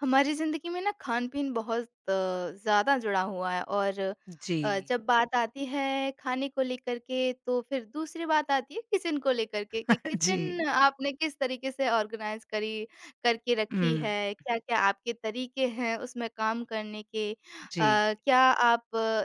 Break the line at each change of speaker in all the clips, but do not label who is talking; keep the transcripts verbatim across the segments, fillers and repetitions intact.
हमारी ज़िंदगी में ना खान-पीन बहुत अ, ज़्यादा जुड़ा हुआ है और अ,
जी,
जब बात आती है खाने को लेकर के तो फिर दूसरी बात आती है किचन को लेकर के कि
जी,
किचन आपने किस तरीके से ऑर्गेनाइज़ करी करके रखी
हुँ,
है, क्या-क्या आपके तरीके हैं उसमें काम करने के? अ,
जी,
क्या आप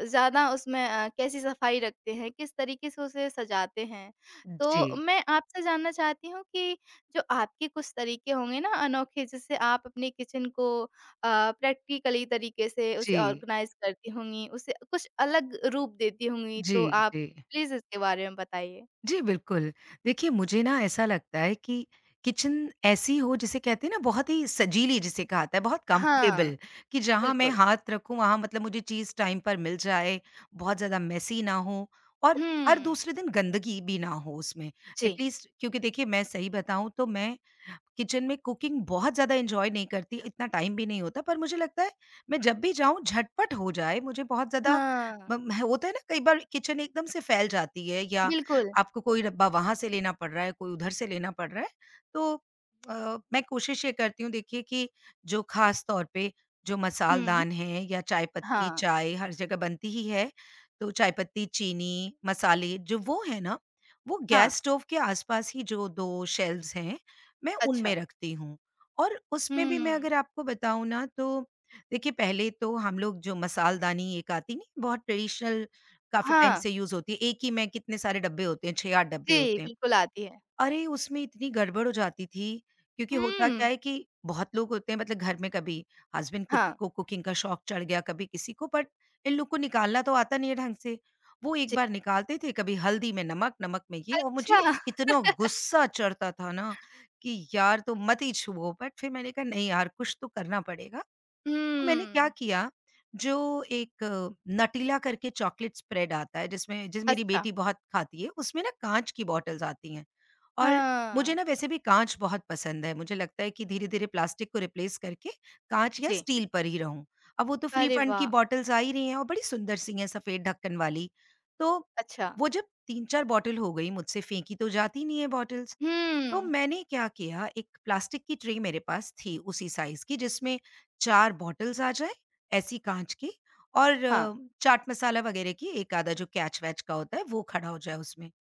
ज़्यादा उसमें अ, कैसी सफाई रखते हैं, किस तरीके से उसे सजाते हैं? तो
जी,
मैं आपसे जानना चाहती हूँ कि जो आपके कुछ तरीके होंगे ना अनोखे जैसे आप अपने किचन को अ, प्रैक्टिकली तरीके से उसे
जी,
ऑर्गेनाइज करती होंगी, उसे कुछ अलग रूप देती होंगी
जी,
तो आप
जी।
प्लीज़ इसके बारे में बताइए?
जी, बिल्कुल। देखिए, मुझे ना ऐसा लगता है कि किचन ऐसी हो जिसे कहते हैं ना बहुत ही सजीली जिसे कहा जाता है, बहुत
हाँ,
कम्फ़र्टेबल कि जहाँ मैं
बिल्कुल।
हाथ रखूँ वहाँ मतलब मुझे चीज़ टाइम पर मिल जाए, बहुत ज़्यादा मेसी ना हो और हर
हुँ,
दूसरे दिन गंदगी भी ना हो उसमें।
जी।
एट लीस्ट क्योंकि देखिए मैं सही बताऊँ तो मैं किचन में कुकिंग बहुत ज़्यादा एन्जॉय नहीं करती, इतना टाइम भी नहीं होता, पर मुझे लगता है मैं जब भी जाऊँ झटपट हो जाए, मुझे बहुत ज़्यादा
हाँ,
बम होता है ना कई बार किचन एकदम से फैल जाती है या
बिल्कुल।
आपको कोई डब्बा वहाँ से लेना पड़ रहा है, कोई उधर से लेना पड़ रहा है, तो अ, मैं कोशिश ये करती हूँ देखिए कि जो ख़ास तौर पे जो
हुँ,
मसालदान हैं या चाय पत्ती,
हाँ,
चाय हर जगह बनती ही है, तो चाय पत्ती, चीनी, मसाले जो वो है ना, वो
हाँ,
गैस स्टोव के आस-पास ही जो दो शेल्व्स हैं मैं उनमें
अच्छा।
रखती हूँ। और उसमें भी मैं
हुँ,
अगर आपको बताऊँ ना तो देखिए पहले तो हम लोग जो मसालदानी एक आती नहीं बहुत ट्रेडिशनल काफ़ी टाइम
हाँ,
से यूज़ होती है, एक ही में कितने सारे डब्बे होते हैं, छह से आठ डब्बे
जी,
होते हैं।
बिल्कुल आती है।
अरे! उसमें इतनी गड़बड़ हो जाती थी, क्योंकि होता क्या
हुँ,
है कि बहुत लोग होते हैं मतलब घर में कभी हस्बैंड कुछ
हाँ,
को कुकिंग का शौक चढ़ गया, कभी किसी को बट इन लोग को निकालना तो आता नहीं है ढंग से। वो एक
जी।
बार निकालते थे, कभी हल्दी में नमक, नमक में ये और
अच्छा,
मुझे इतना गुस्सा चढ़ता था ना कि यार तुम मत ही छुओ, बट फिर मैंने कहा नहीं यार कुछ तो करना पड़ेगा।
हुँ,
तो मैंने क्या किया, जो एक अ, नटीला करके चॉकलेट स्प्रेड आता है जिसमें जिस मेरी
अच्छा,
बेटी बहुत खाती है, उसमें ना काँच की बॉटल्स आती हैं और मुझे
हाँ,
ना वैसे भी काँच बहुत पसंद है। मुझे लगता है कि धीरे-धीरे प्लास्टिक को रिप्लेस करके काँच या
जी।
स्टील पर ही रहूँ। अब वो तो फ्री
अरे
फंड की
वाह!
बॉटल्स आ ही रही हैं और बड़ी सुंदर सी हैं सफ़ेद ढक्कन वाली। तो
अच्छा।
वो जब तीन चार बॉटल हो गई मुझसे फेंकी तो जाती नहीं है बॉटल्स। तो
हुँ।
मैंने क्या किया एक प्लास्टिक की ट्रे मेरे पास थी उसी साइज की जिसमें चार बॉटल्स आ जाए ऐसी कांच की और
हाँ।
अ, चाट मसाला वगैरह की एक आधा जो कैच वैच का होता है वो खड़ा हो जाए उसमें।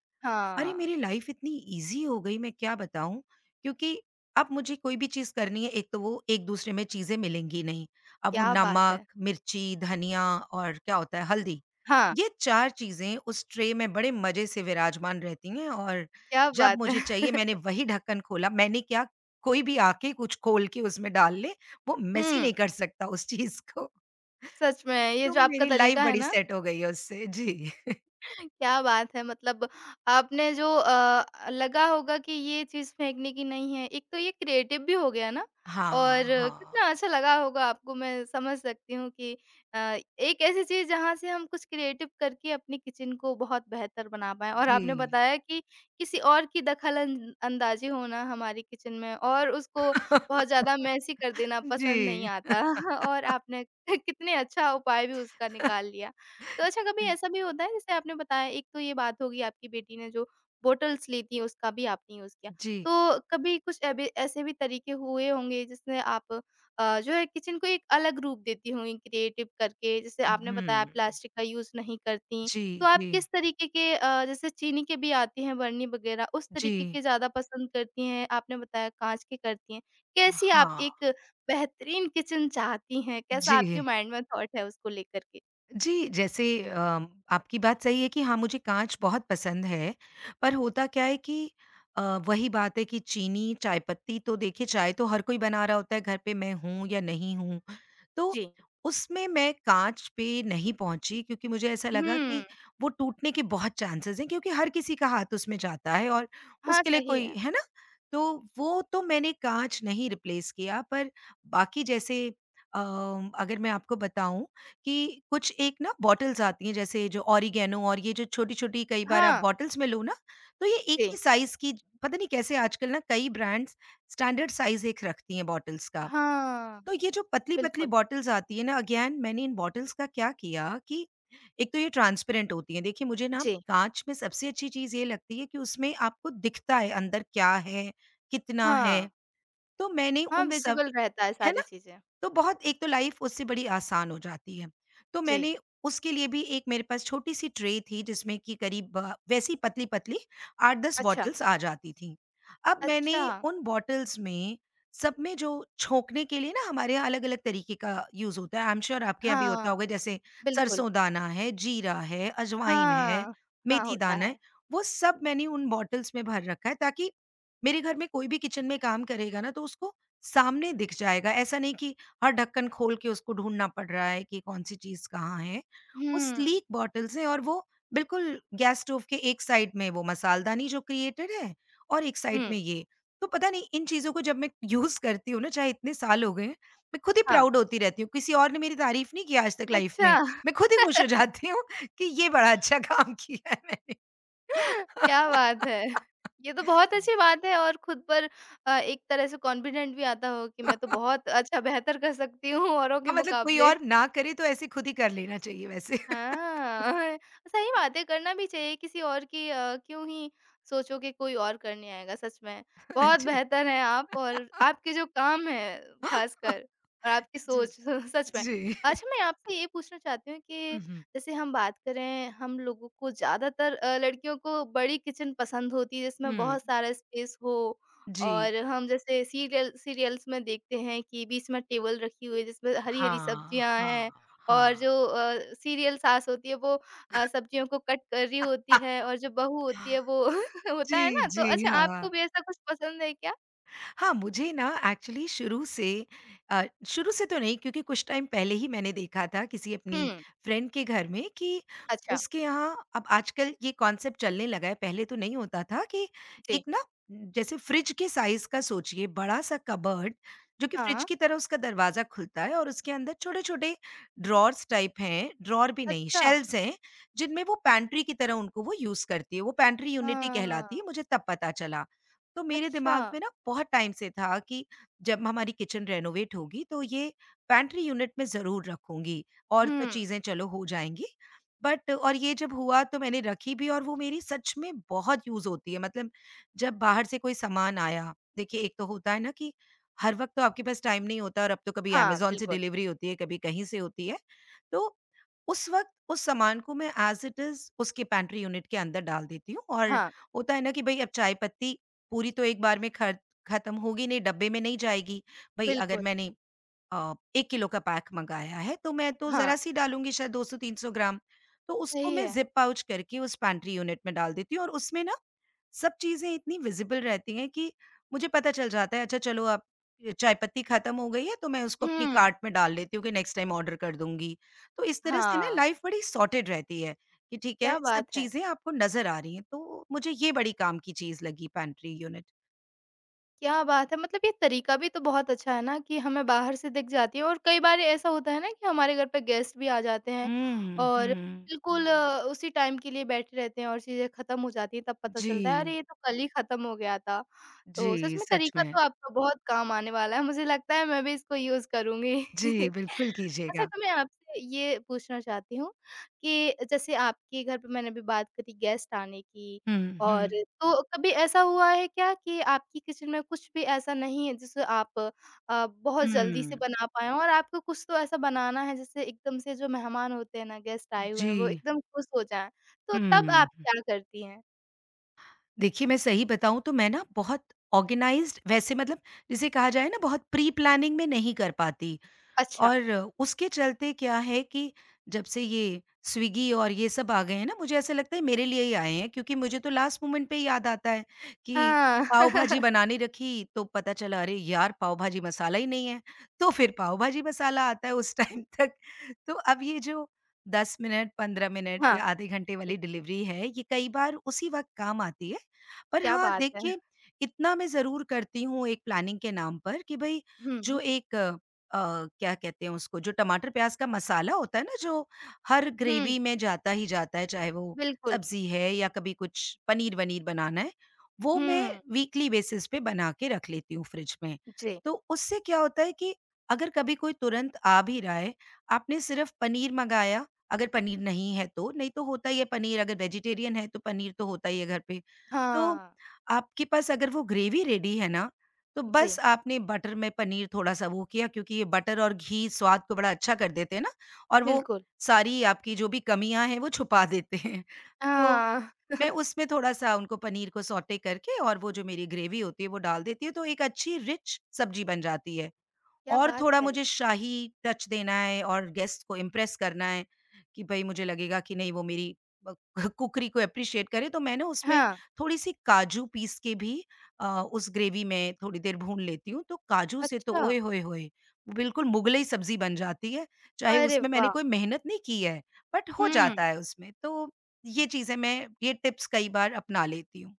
अरे!
हाँ,
मेरी लाइफ़ इतनी ईज़ी हो गई मैं क्या बताऊँ, क्योंकि अब मुझे कोई भी चीज़ करनी है एक तो वो एक-दूसरे में चीज़ें मिलेंगी नहीं। अब वो
क्या बात
नमक,
है!
मिर्ची, धनिया और क्या होता है हल्दी,
हाँ।
ये चार चीज़ें उस ट्रे में बड़े मज़े से विराजमान रहती हैं और
क्या
जब
बात है!
मुझे चाहिए मैंने वही ढक्कन खोला, मैंने क्या कोई भी आके कुछ खोल के उसमें डाल ले, वो मेसी नहीं
हुँ।
कर सकता उस चीज़ को।
सच में ये
तो
जो आपका
मेरी लाइफ़
तरीका है
बड़ी
ना,
सेट हो गई है उससे। जी।
क्या बात है! मतलब आपने जो अ, लगा होगा कि ये चीज़ फेंकने की नहीं है, एक तो ये क्रिएटिव भी हो गया ना
हाँ,
और कितना
हाँ।
अच्छा लगा होगा आपको, मैं समझ सकती हूँ कि अ, एक ऐसी चीज़ जहाँ से हम कुछ क्रिएटिव करके अपनी किचन को बहुत बेहतर बना पाएँ और
जी।
आपने बताया कि किसी और की दखल-अं अंदाज़ी होना हमारी किचन में और उसको बहुत ज़्यादा मेसी कर देना पसंद नहीं
जी।
आता और आपने कितने अच्छा उपाय भी उसका निकाल लिया। तो अच्छा कभी
हुँ,
ऐसा भी होता है जैसे आपने बताया एक तो ये बात होगी आपकी बेटी ने जो बॉटल्स ली थी उसका भी आपने यूज़ किया।
जी।
तो कभी कुछ एबे ऐसे भी तरीके हुए होंगे जिसमें आप अ, जो है किचन को एक अलग रूप देती होंगी क्रिएटिव करके जैसे आपने बताया
हुँ।
प्लास्टिक का यूज़ नहीं करती।
जी,
तो आप
जी,
किस तरीके के अ, जैसे चीनी के भी आते हैं बरनी वग़ैरह उस तरीके
जी।
के ज़्यादा पसंद करती हैं? आपने बताया काँच के करती हैं। कैसी आप
हाँ,
एक बेहतरीन किचन चाहती हैं? कैसा आपके
जी।
माइंड में थॉट है उसको लेकर के?
जी, जैसे अम, आपकी बात सही है कि हाँ, मुझे काँच बहुत पसंद है, पर होता क्या है कि अ, वही बात है कि चीनी, चाय पत्ती तो देखिए चाय तो हर कोई बना रहा होता है घर पे मैं हूँ या नहीं हूँ। तो
जी।
उसमें मैं काँच पे नहीं पहुँची क्योंकि मुझे ऐसा लगा कि
हुँ।
वो टूटने के बहुत चांसेज़ हैं क्योंकि हर किसी का हाथ उसमें जाता है और
हाँ,
उसके लिए
सही
कोई
है।
है ना? तो वो तो मैंने काँच नहीं रिप्लेस किया पर बाकी जैसे अ, अगर मैं आपको बताऊँ कि कुछ एक ना बॉटल्स आती हैं जैसे जो ओरिगैनो और ये जो छोटी-छोटी कई बार आप
हाँ,
बॉटल्स में लो ना, तो ये एक
जी।
ही साइज़ की पता नहीं कैसे आजकल ना कई ब्रांड्स स्टैंडर्ड साइज़ एक रखती हैं बॉटल्स का।
हाँ,
तो ये जो पतली-पतली
बिल्कुल।
बॉटल्स आती है ना अगेन मैंने इन बॉटल्स का क्या किया कि एक तो ये ट्रांसपेरेंट होती हैं। देखिए मुझे ना
जी,
काँच में सबसे अच्छी चीज़ ये लगती है कि उसमें आपको दिखता है अंदर क्या है, कितना है।
हाँ।
तो मैंने
हाँ,
उन सब
विज़िबल रहता है
है ना?
सारी चीज़ें।
तो बहुत एक तो लाइफ उससे बड़ी आसान हो जाती है। तो
जी।
मैंने उसके लिए भी एक मेरे पास छोटी-सी ट्रे थी जिसमें कि करीब अ, वैसी पतली-पतली आठ दस
अच्छा,
बॉटल्स आ जाती थीं। अब मैंने
अच्छा।
उन बॉटल्स में सब में जो छोंकने के लिए ना हमारे यहाँ अलग-अलग तरीके का यूज़ होता है, आई एम श्योर आपके यहाँ भी होता
हाँ,
होगा जैसे
बिल्कुल।
सरसों दाना है, जीरा है, अजवाइन है,
हाँ, हाँ,
मेथी
होता
दाना
है।
है, वो सब मैंने उन बॉटल्स में भर रखा है ताकि मेरे घर में कोई भी किचन में काम करेगा ना तो उसको सामने दिख जाएगा। ऐसा नहीं कि हर ढक्कन खोल के उसको ढूँढना पड़ रहा है कि कौन-सी चीज़ कहाँ है। वो
हुँ,
स्लीक बॉटल्स हैं और वो बिल्कुल गैस स्टोव के एक साइड में वो मसालदानी जो क्रिएटेड है और एक
हुँ,
साइड में ये। तो पता नहीं इन चीज़ों को जब मैं यूज़ करती हूँ ना चाहे इतने साल हो गए हैं, मैं खुद ही
हाँ।
प्राउड होती रहती हूँ। किसी और ने मेरी तारीफ़ नहीं की आज तक लाइफ़
अच्छा,
में। मैं खुद ही खुश हो जाती हूँ कि ये बड़ा अच्छा काम किया है मैंने।
क्या बात है! ये तो बहुत अच्छी बात है और खुद पर अ, एक तरह से कॉन्फिडेंट भी आता होगा कि मैं तो बहुत अच्छा बेहतर कर सकती हूँ औरों के
हाँ, मतलब कोई
मुकाबले।
और ना करे तो ऐसे खुद ही कर लेना चाहिए वैसे।
हाँ, सही बात है, करना भी चाहिए किसी और की अ, क्यों ही सोचो कि कोई और करने आएगा सच में। बहुत
जी।
बेहतर हैं आप और आपके जो काम हैं ख़ासकर और आपकी
जी।
सोच सच में।
जी।
अच्छा मैं आपसे ये पूछना चाहती हूँ कि
हुँ, हुँ।
जैसे हम बात करें हम लोगों को ज़्यादातर अ, लड़कियों को बड़ी किचन पसंद होती है जिसमें
हुँ।
बहुत सारा स्पेस हो
जी।
और हम जैसे सीरियल सीरियल्स में देखते हैं कि बीच में टेबल रखी हुई है जिसमें हरी-हरी
हाँ,
सब्जियाँ हैं
हाँ,
और
हाँ।
जो अ, सीरियल सास होती है वो अ, सब्जियों को कट कर रही होती है और जो बहू होती है वो होता
जी,
है ना? तो
जी,
अच्छा आपको
हाँ।
भी ऐसा कुछ पसंद है क्या?
हाँ, मुझे ना एक्चुअली शुरू से अ, शुरू से तो नहीं क्योंकि कुछ टाइम पहले ही मैंने देखा था किसी अपनी
हुँ,
फ्रेंड के घर में कि
अच्छा,
उसके यहाँ अब आजकल ये कॉन्सेप्ट चलने लगा है, पहले तो नहीं होता था कि
जी।
एक ना जैसे फ्रिज के साइज़ का सोचिए बड़ा-सा कबर्ड जो कि फ्रिज
हाँ।
की तरह उसका दरवाज़ा खुलता है और उसके अंदर छोटे-छोटे ड्रॉवर्स टाइप हैं, ड्रॉवर भी नहीं
अच्छा,
शेल्व्स हैं, जिनमें वो पैंट्री की तरह उनको वो यूज़ करती है, वो पैंट्री यूनिटी
हाँ,
कहलाती है, मुझे तब पता चला। तो मेरे
अच्छा।
दिमाग में ना बहुत टाइम से था कि जब हमारी किचन रेनोवेट होगी तो ये पैंट्री यूनिट में ज़रूर रखूँगी और तो
हुँ,
चीज़ें चलो हो जाएँगी। बट और ये जब हुआ तो मैंने रखी भी और वो मेरी सच में बहुत यूज़ होती है। मतलब जब बाहर से कोई सामान आया, देखिए एक तो होता है ना कि हर वक़्त तो आपके पास टाइम नहीं होता और अब तो कभी
हाँ,
अमेज़न से
बिल्कुल,
डिलीवरी होती है, कभी कहीं से होती है। तो उस वक़्त उस सामान को मैं एज़ इट इज़ उसके पैंट्री यूनिट के अंदर डाल देती हूँ और
हाँ,
होता है ना कि भई अब चाय पत्ती पूरी तो एक बार में ख खत्म होगी नहीं, डब्बे में नहीं जाएगी। भई अगर
बिल्कुल,
मैंने अ, एक किलो का पैक मँगाया है तो मैं तो
हाँ।
ज़रा-सी डालूँगी शायद दो सौ तीन सौ ग्राम। तो उसको
सही
मैं
है।
ज़िप पाउच करके उस पैंट्री यूनिट में डाल देती हूँ और उसमें ना सब चीज़ें इतनी विज़िबल रहती हैं कि मुझे पता चल जाता है अच्छा चलो अब चाय पत्ती खत्म हो गई है तो मैं उसको अपनी
हुँ,
कार्ट में डाल लेती हूँ कि नेक्स्ट टाइम ऑर्डर कर दूँगी। तो इस तरह से ना
हाँ,
लाइफ़ बड़ी सॉर्टेड रहती है कि ठीक है,
क्या
सब
बात है!
चीज़ें आपको नज़र आ रही हैं। तो मुझे ये बड़ी काम की चीज़ लगी पैंट्री यूनिट।
क्या बात है! मतलब ये तरीका भी तो बहुत अच्छा है ना कि हमें बाहर से दिख जाती है और कई बार ऐसा होता है ना कि हमारे घर पे गेस्ट भी आ जाते हैं
हुँ,
और
हुँ।
बिल्कुल हुँ। अ, उसी टाइम के लिए बैठे रहते हैं और चीज़ें ख़त्म हो जाती हैं, तब पता
जी,
चलता है अरे ये तो कल ही ख़त्म हो गया था। तो सच
जी,
में
सच
तरीका
में।
तो आपका बहुत काम आने वाला है, मुझे लगता है मैं भी इसको यूज़ करूँगी।
जी, बिल्कुल
अच्छा
कीजिएगा।
तो मैं आपसे ये पूछना चाहती हूँ कि जैसे आपके घर पे मैंने अभी बात करी गेस्ट आने की
हुँ,
और
हुँ,
तो कभी ऐसा हुआ है क्या कि आपकी किचन में कुछ भी ऐसा नहीं है जिसे आप अ, बहुत जल्दी से
हुँ।
बना पाएँ और आपको कुछ तो ऐसा बनाना है जिससे एकदम से जो मेहमान होते हैं ना, गेस्ट आए हुए हैं, वो
जी,
एकदम खुश हो जाएँ, तो तब आप
हुँ।
क्या करती हैं?
देखिए, मैं सही बताऊँ तो मैं ना बहुत ऑर्गेनाइज़्ड वैसे मतलब जिसे कहा जाए ना बहुत प्री-प्लानिंग में नहीं कर पाती।
अच्छा।
और उसके चलते क्या है कि जब से ये स्विगी और ये सब आ गए हैं ना, मुझे ऐसा लगता है मेरे लिए ही आए हैं क्योंकि मुझे तो लास्ट मोमेंट पे याद आता है कि
हाँ।
पाव भाजी बनाने रखी तो पता चला अरे यार! पाव भाजी मसाला ही नहीं है, तो फिर पाव भाजी मसाला आता है उस टाइम तक। तो अब ये जो दस मिनट, पंद्रह मिनट
हाँ,
या आधे घंटे वाली
जी।
डिलीवरी है, ये कई बार उसी वक़्त काम आती है। पर
क्या
हाँ,
बात है।
देखिए इतना मैं ज़रूर करती हूँ एक प्लानिंग के नाम पर कि भई
हुँ,
जो
हुँ।
एक अ, क्या कहते हैं उसको, जो टमाटर प्याज का मसाला होता है ना, जो हर
हुँ,
ग्रेवी में जाता ही जाता है, चाहे वो
बिल्कुल।
सब्जी है या कभी कुछ पनीर-वनीर बनाना है, वो मैं
हुँ,
वीकली बेसिस पे बना के रख लेती हूँ फ्रिज में।
जी।
तो उससे क्या होता है कि अगर कभी कोई तुरंत आ भी रहा है, आपने सिर्फ पनीर मँगाया, अगर पनीर नहीं है तो, नहीं तो होता ही है पनीर, अगर वेजिटेरियन है तो पनीर तो होता ही है घर पे। तो
हाँ,
आपके पास अगर वो ग्रेवी रेडी है ना, तो बस
जी,
आपने बटर में पनीर थोड़ा-सा वो किया, क्योंकि ये बटर और घी स्वाद को बड़ा अच्छा कर देते हैं ना, और वो
बिल्कुल।
सारी आपकी जो भी कमियाँ हैं वो छुपा देते हैं। तो
हाँ,
मैं उसमें थोड़ा-सा उनको, पनीर को सौटे करके और वो जो मेरी ग्रेवी होती है वो डाल देती हूँ, तो एक अच्छी रिच सब्ज़ी बन जाती है।
क्या
और
बात
थोड़ा
है।
मुझे शाही टच देना है और गेस्ट को इम्प्रेस करना है कि भई मुझे लगेगा कि नहीं, वो मेरी अ, कुकरी को एप्रिशिएट करे, तो मैं ना उसमें
हाँ,
थोड़ी-सी काजू पीस के भी अ, उस ग्रेवी में थोड़ी देर भून लेती हूँ, तो काजू से तो
अच्छा।
ओए होए होए! वो बिल्कुल मुगलई सब्ज़ी बन जाती है, चाहे
अरे
उसमें मैंने
वाह!
कोई मेहनत नहीं की है, बट हो
हुँ।
जाता है उसमें। तो ये चीज़ें, मैं ये टिप्स कई बार अपना लेती हूँ।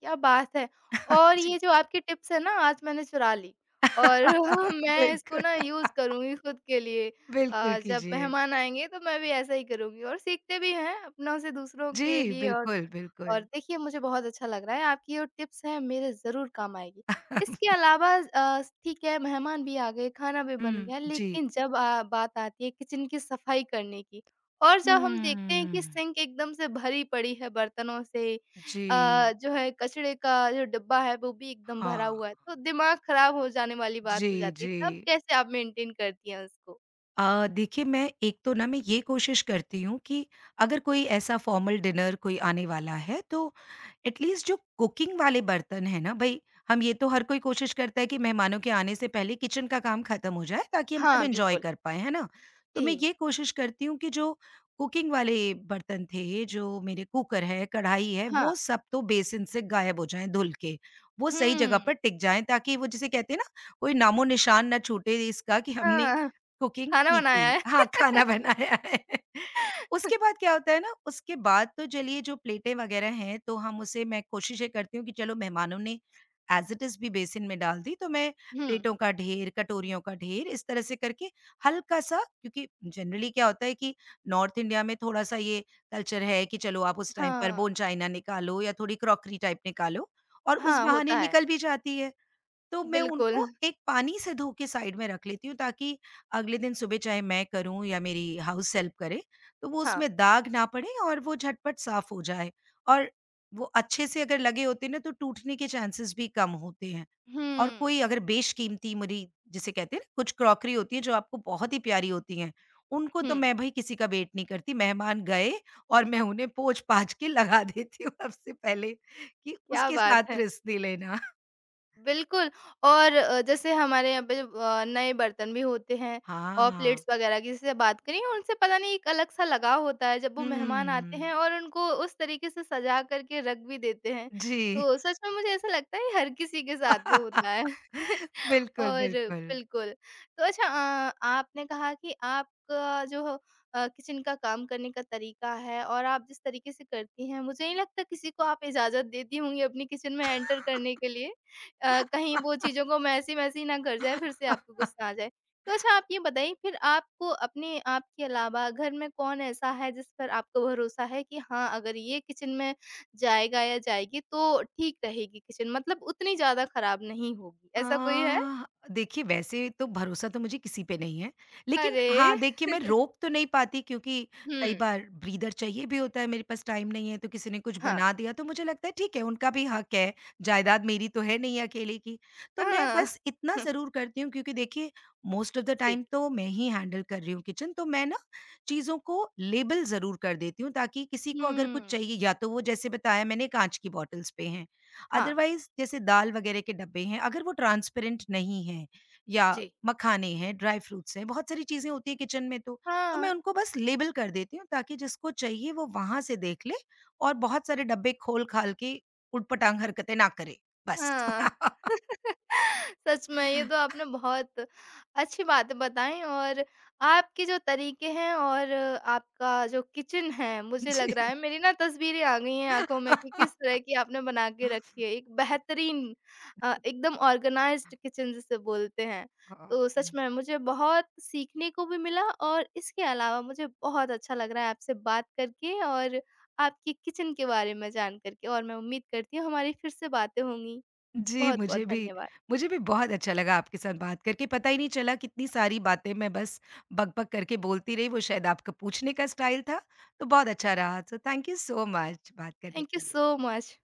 क्या बात है! और ये
जी।
जो आपकी टिप्स है ना आज मैंने चुरा ली और मैं इसको
बिल्कुल,
ना यूज़ करूँगी खुद के लिए।
बिल्कुल
अ, जब
कीजिए।
मेहमान आएँगे तो मैं भी ऐसा ही करूँगी और सीखते भी हैं अपनों से दूसरों के
जी,
लिए और
बिल्कुल,
और
बिल्कुल।
देखिए मुझे बहुत अच्छा लग रहा है, आपकी जो टिप्स हैं मेरे ज़रूर काम आएगी। इसके अलावा अ, ठीक है मेहमान भी आ गए, खाना भी बन गया
हुँ। जी।
लेकिन जब अ, बात आती है किचन की सफाई करने की और जब हम देखते हैं कि
हुँ।
सिंक एकदम से भरी पड़ी है बर्तनों से
जी।
अ, जो है कचड़े का जो डिब्बा है वो भी एकदम
हाँ।
भरा हुआ है, तो दिमाग खराब हो जाने वाली बात हो
जी,
जाती है,
जी।
तब कैसे आप मेंटेन करती हैं उसको?
अ, देखिए, मैं एक तो ना, मैं ये कोशिश करती हूँ कि अगर कोई ऐसा फॉर्मल डिनर कोई आने वाला है, तो एटलीस्ट जो कुकिंग वाले बर्तन है ना भाई, हम ये तो हर कोई कोशिश करता है कि मेहमानों के आने से पहले किचन का काम खत्म हो जाए, ताकि हम सब
हाँ,
एंजॉय
बिल्कुल।
कर पाए, है ना। तो मैं
जी,
ये कोशिश करती हूँ कि जो कुकिंग वाले बर्तन थे, जो मेरे कुकर है, कढ़ाई है,
हाँ।
वो सब तो बेसिन से गायब हो जाएं धुल के, वो सही जगह
हुँ,
पर टिक जाएं, ताकि वो जिसे कहते हैं ना, कोई नामो निशान ना छूटे इसका कि हमने
हाँ,
कुकिंग
खाना
की
बनाया
थी।
है।
हाँ, खाना बनाया है। उसके बाद क्या होता है ना, उसके बाद तो चलिए जो प्लेटें वगैरह हैं, तो हम उसे, मैं कोशिश ये करती हूँ कि चलो, मेहमानों ने एज़ इट इज़ भी बेसिन में डाल दी, तो मैं
हुँ,
प्लेटों का ढेर, कटोरियों का ढेर इस तरह से करके हल्का-सा, क्योंकि जनरली क्या होता है कि नॉर्थ इंडिया में थोड़ा-सा ये कल्चर है कि चलो आप उस टाइम पर
हाँ।
बोन चाइना निकालो या थोड़ी क्रॉकरी टाइप निकालो, और उस
हाँ, होता
बहाने
है।
निकल भी जाती है। तो मैं
बिल्कुल,
उनको एक पानी से धो के साइड में रख लेती हूँ, ताकि अगले दिन सुबह चाहे मैं करूँ या मेरी हाउस हेल्प करे, तो वो
हाँ।
उसमें दाग ना पड़े और वो झटपट साफ हो जाए, और वो अच्छे से अगर लगे होते हैं ना, तो टूटने के चांसेस भी कम होते हैं। और कोई
हुँ,
अगर बेशकीमती मेरी, जिसे कहते हैं ना, कुछ क्रॉकरी होती है जो आपको बहुत ही प्यारी होती हैं, उनको
हुँ,
तो मैं भई किसी का वेट नहीं करती, मेहमान गए और मैं उन्हें पोंछ-पाछ के लगा देती हूँ सबसे पहले, कि
क्या
उसके
बात
साथ
है!
रिश्ते लेना।
बिल्कुल और अ, जैसे हमारे यहाँ पे जब अ, नए बर्तन भी होते हैं और
हाँ।
प्लेट्स वग़ैरह की जैसे बात करें उनसे पता नहीं एक अलग-सा लगाव होता है, जब वो मेहमान आते
हुँ,
हैं और उनको उस तरीके से सजा कर के रख भी देते हैं।
जी।
तो सच में मुझे ऐसा लगता है ये हर किसी के साथ में होता है।
बिल्कुल,
और
बिल्कुल।
बिल्कुल। तो अच्छा अ, आपने कहा कि आपका जो अ, किचन का काम करने का तरीका है और आप जिस तरीके से करती हैं, मुझे नहीं लगता किसी को आप इजाज़त देती होंगी अपनी किचन में एंटर करने के लिए। अ, कहीं वो चीज़ों को मैसी-मैसी ना कर जाए, फिर से आपको गुस्सा आ जाए। तो अच्छा आप ये बताइए फिर आपको अपने आप के अलावा घर में कौन ऐसा है जिस पर आपको भरोसा है कि हाँ, अगर ये किचन में जाएगा या जाएगी तो ठीक रहेगी किचन मतलब उतनी ज़्यादा खराब नहीं होगी, ऐसा कोई है?
आह, देखिए, वैसे तो भरोसा तो मुझे किसी पे नहीं है। लेकिन
अरे!
हाँ, देखिए मैं रोक तो नहीं पाती, क्योंकि कई
हुँ।
बार ब्रीदर चाहिए भी होता है, मेरे पास टाइम नहीं है, तो किसी ने कुछ
हाँ।
बना दिया तो मुझे लगता है ठीक है, उनका भी हक है, जायदाद मेरी तो है नहीं अकेले की। तो मैं
अ,
बस इतना ज़रूर करती हूँ, क्योंकि देखिए मोस्ट ऑफ द
जी।
टाइम तो मैं ही हैंडल कर रही हूँ किचन, तो मैं ना चीज़ों को लेबल ज़रूर कर देती हूँ, ताकि किसी को अगर कुछ
हुँ।
चाहिए, या तो वो जैसे बताया मैंने, काँच की बॉटल्स पे हैं,
हाँ,
अदरवाइज़ जैसे दाल वगैरह के डब्बे हैं, अगर वो ट्रांसपेरेंट नहीं हैं, या
जी।
मखाने हैं, ड्राई फ्रूट्स हैं, बहुत सारी चीज़ें होती हैं किचन में तो, तो
हाँ,
मैं उनको बस लेबल कर देती हूँ, ताकि जिसको चाहिए वो वहाँ से देख ले, और बहुत सारे डब्बे खोल-खाल के ऊटपटांग हरकतें ना करे, बस।
हाँ। सच में ये तो आपने बहुत अच्छी बातें बताई और आपके जो तरीके हैं और आपका जो किचन है मुझे लग
जी।
रहा है मेरी ना तस्वीरें आ गई हैं आँखों में कि किस तरह की आपने बना के रखी है। एक बेहतरीन अ, एकदम ऑर्गेनाइज़्ड किचन जिसे बोलते हैं। तो सच
हाँ।
में मुझे बहुत सीखने को भी मिला और इसके अलावा मुझे बहुत अच्छा लग रहा है आपसे बात करके और आपकी किचन के बारे में जान कर के और मैं उम्मीद करती हूँ हमारी फिर से बातें होंगी।
जी,
बहुत-बहुत
मुझे भी
धन्यवाद।
मुझे भी बहुत अच्छा लगा आपके साथ बात करके, पता ही नहीं चला कितनी सारी बातें मैं बस बक-बक करके बोलती रही, वो शायद आपका पूछने का स्टाइल था, तो बहुत अच्छा रहा। So thank you so much बात करने
Thank you
के लिए।
so much.